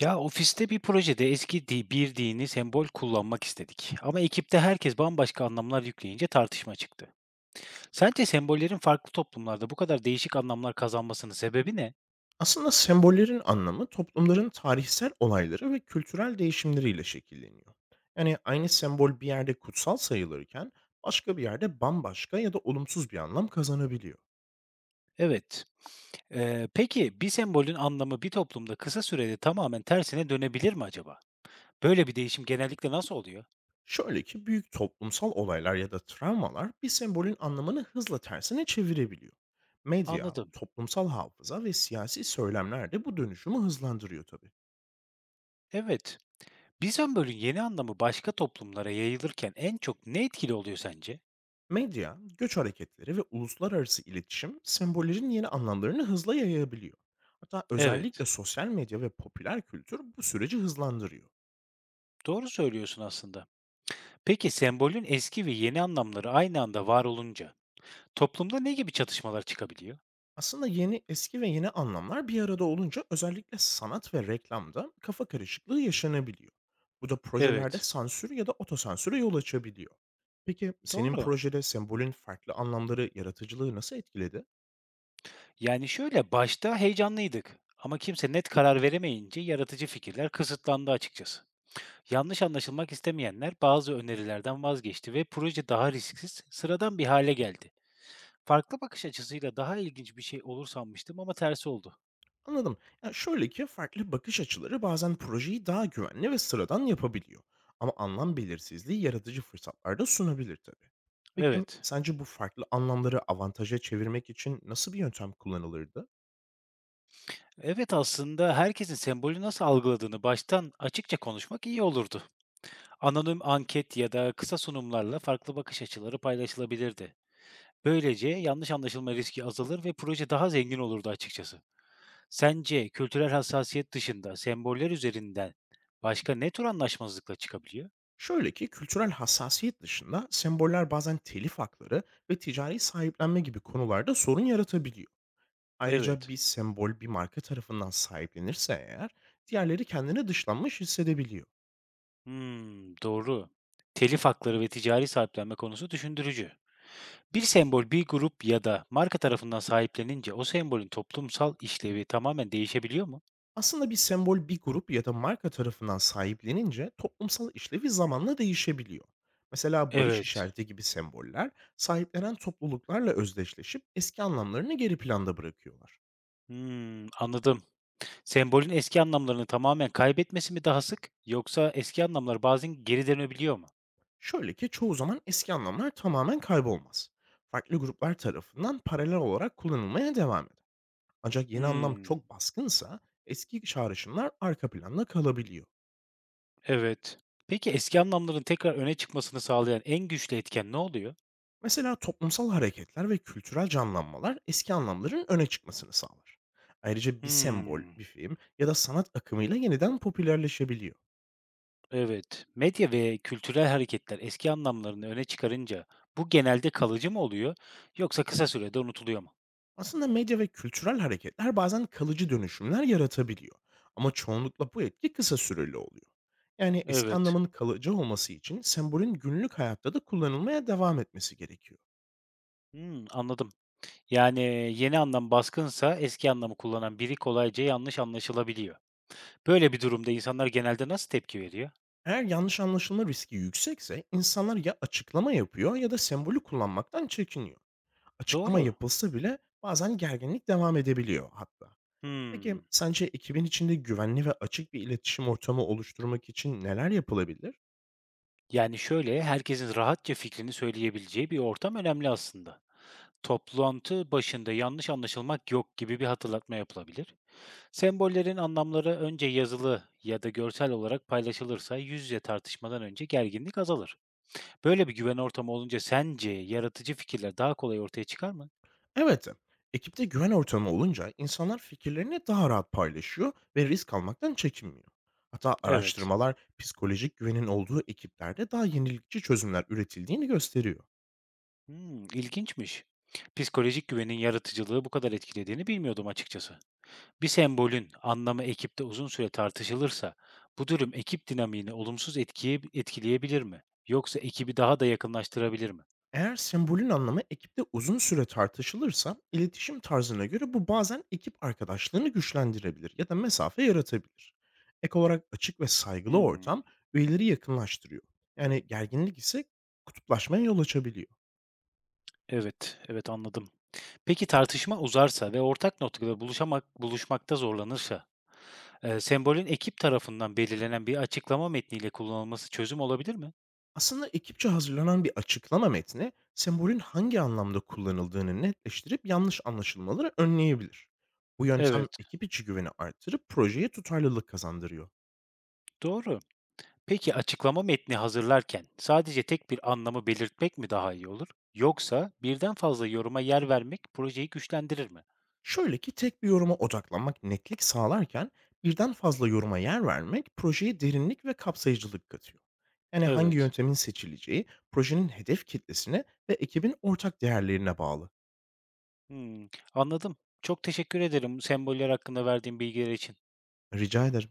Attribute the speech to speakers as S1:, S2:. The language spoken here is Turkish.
S1: Ya ofiste bir projede bir dini sembol kullanmak istedik. Ama ekipte herkes bambaşka anlamlar yükleyince tartışma çıktı. Sence sembollerin farklı toplumlarda bu kadar değişik anlamlar kazanmasının sebebi ne?
S2: Aslında sembollerin anlamı toplumların tarihsel olayları ve kültürel değişimleriyle şekilleniyor. Yani aynı sembol bir yerde kutsal sayılırken başka bir yerde bambaşka ya da olumsuz bir anlam kazanabiliyor.
S1: Evet. Peki bir sembolün anlamı bir toplumda kısa sürede tamamen tersine dönebilir mi acaba? Böyle bir değişim genellikle nasıl oluyor?
S2: Şöyle ki büyük toplumsal olaylar ya da travmalar bir sembolün anlamını hızla tersine çevirebiliyor. Medya,
S1: Anladım.
S2: toplumsal hafıza ve siyasi söylemler de bu dönüşümü hızlandırıyor tabii.
S1: Evet. Bir sembolün yeni anlamı başka toplumlara yayılırken en çok ne etkili oluyor sence?
S2: Medya, göç hareketleri ve uluslararası iletişim sembollerin yeni anlamlarını hızla yayabiliyor. Hatta özellikle
S1: Evet.
S2: sosyal medya ve popüler kültür bu süreci hızlandırıyor.
S1: Doğru söylüyorsun aslında. Peki sembolün eski ve yeni anlamları aynı anda var olunca toplumda ne gibi çatışmalar çıkabiliyor?
S2: Aslında eski ve yeni anlamlar bir arada olunca özellikle sanat ve reklamda kafa karışıklığı yaşanabiliyor. Bu da projelerde
S1: Evet,
S2: sansür ya da otosansüre yol açabiliyor. Peki senin
S1: doğru.
S2: projede sembolün farklı anlamları yaratıcılığı nasıl etkiledi?
S1: Yani şöyle başta heyecanlıydık ama kimse net karar veremeyince yaratıcı fikirler kısıtlandı açıkçası. Yanlış anlaşılmak istemeyenler bazı önerilerden vazgeçti ve proje daha risksiz, sıradan bir hale geldi. Farklı bakış açısıyla daha ilginç bir şey olur sanmıştım ama tersi oldu.
S2: Anladım. Ya şöyle ki farklı bakış açıları bazen projeyi daha güvenli ve sıradan yapabiliyor. Ama anlam belirsizliği yaratıcı fırsatlar da sunabilir tabii. Peki
S1: Evet.
S2: sence bu farklı anlamları avantaja çevirmek için nasıl bir yöntem kullanılırdı?
S1: Evet, aslında herkesin sembolü nasıl algıladığını baştan açıkça konuşmak iyi olurdu. Anonim anket ya da kısa sunumlarla farklı bakış açıları paylaşılabilirdi. Böylece yanlış anlaşılma riski azalır ve proje daha zengin olurdu açıkçası. Sence kültürel hassasiyet dışında semboller üzerinden başka ne tür anlaşmazlıkla çıkabiliyor?
S2: Şöyle ki kültürel hassasiyet dışında semboller bazen telif hakları ve ticari sahiplenme gibi konularda sorun yaratabiliyor. Ayrıca
S1: Evet.
S2: bir sembol bir marka tarafından sahiplenirse eğer diğerleri kendini dışlanmış hissedebiliyor.
S1: Hmm, doğru. Telif hakları ve ticari sahiplenme konusu düşündürücü. Bir sembol bir grup ya da marka tarafından sahiplenince o sembolün toplumsal işlevi tamamen değişebiliyor mu?
S2: Aslında bir sembol bir grup ya da marka tarafından sahiplenince toplumsal işlevi zamanla değişebiliyor. Mesela barış
S1: Evet.
S2: işareti gibi semboller sahiplenen topluluklarla özdeşleşip eski anlamlarını geri planda bırakıyorlar.
S1: Hmm, anladım. Sembolün eski anlamlarını tamamen kaybetmesi mi daha sık yoksa eski anlamlar bazen geri dönebiliyor mu?
S2: Şöyle ki çoğu zaman eski anlamlar tamamen kaybolmaz. Farklı gruplar tarafından paralel olarak kullanılmaya devam eder. Ancak yeni anlam
S1: Hımm,
S2: çok baskınsa eski çağrışımlar arka planda kalabiliyor.
S1: evet. Peki eski anlamların tekrar öne çıkmasını sağlayan en güçlü etken ne oluyor?
S2: Mesela toplumsal hareketler ve kültürel canlanmalar eski anlamların öne çıkmasını sağlar. Ayrıca bir sembol,
S1: Hımm,
S2: bir film ya da sanat akımıyla yeniden popülerleşebiliyor.
S1: evet. Medya ve kültürel hareketler eski anlamlarını öne çıkarınca bu genelde kalıcı mı oluyor yoksa kısa sürede unutuluyor mu?
S2: Aslında medya ve kültürel hareketler bazen kalıcı dönüşümler yaratabiliyor. Ama çoğunlukla bu etki kısa süreli oluyor. Yani eski
S1: Evet.
S2: anlamın kalıcı olması için sembolün günlük hayatta da kullanılmaya devam etmesi gerekiyor.
S1: Hımm, anladım. Yani yeni anlam baskınsa eski anlamı kullanan biri kolayca yanlış anlaşılabiliyor. Böyle bir durumda insanlar genelde nasıl tepki veriyor?
S2: Eğer yanlış anlaşılma riski yüksekse insanlar ya açıklama yapıyor ya da sembolü kullanmaktan çekiniyor. Açıklama
S1: Doğru.
S2: yapılsa bile bazen gerginlik devam edebiliyor hatta. Peki
S1: Hımm.
S2: sence ekibin içinde güvenli ve açık bir iletişim ortamı oluşturmak için neler yapılabilir?
S1: Herkesin rahatça fikrini söyleyebileceği bir ortam önemli aslında. Toplantı başında yanlış anlaşılmak yok gibi bir hatırlatma yapılabilir. Sembollerin anlamları önce yazılı ya da görsel olarak paylaşılırsa yüz yüze tartışmadan önce gerginlik azalır. Böyle bir güven ortamı olunca sence yaratıcı fikirler daha kolay ortaya çıkar mı?
S2: Evet, ekipte güven ortamı olunca insanlar fikirlerini daha rahat paylaşıyor ve risk almaktan çekinmiyor. Hatta
S1: Evet.
S2: araştırmalar psikolojik güvenin olduğu ekiplerde daha yenilikçi çözümler üretildiğini gösteriyor.
S1: Hımm, ilginçmiş. Psikolojik güvenin yaratıcılığı bu kadar etkilediğini bilmiyordum açıkçası. Bir sembolün anlamı ekipte uzun süre tartışılırsa, bu durum ekip dinamiğini etkileyebilir mi? Yoksa ekibi daha da yakınlaştırabilir mi?
S2: Eğer sembolün anlamı ekipte uzun süre tartışılırsa, iletişim tarzına göre bu bazen ekip arkadaşlığını güçlendirebilir ya da mesafe yaratabilir. Ek olarak açık ve saygılı
S1: Hmm,
S2: ortam üyeleri yakınlaştırıyor. Yani gerginlik ise kutuplaşmaya yol açabiliyor.
S1: evet, evet, anladım. Peki tartışma uzarsa ve ortak noktada buluşmakta zorlanırsa, sembolün ekip tarafından belirlenen bir açıklama metniyle kullanılması çözüm olabilir mi?
S2: Aslında ekipçe hazırlanan bir açıklama metni sembolün hangi anlamda kullanıldığını netleştirip yanlış anlaşılmaları önleyebilir. Bu yöntem
S1: Evet,
S2: ekip içi güveni artırıp projeye tutarlılık kazandırıyor.
S1: doğru. Peki açıklama metni hazırlarken sadece tek bir anlamı belirtmek mi daha iyi olur? Yoksa birden fazla yoruma yer vermek projeyi güçlendirir mi?
S2: Şöyle ki tek bir yoruma odaklanmak netlik sağlarken birden fazla yoruma yer vermek projeye derinlik ve kapsayıcılık katıyor. Yani hangi
S1: Evet.
S2: yöntemin seçileceği projenin hedef kitlesine ve ekibin ortak değerlerine bağlı.
S1: Hımm. Anladım. Çok teşekkür ederim semboller hakkında verdiğin bilgiler için.
S2: Rica ederim.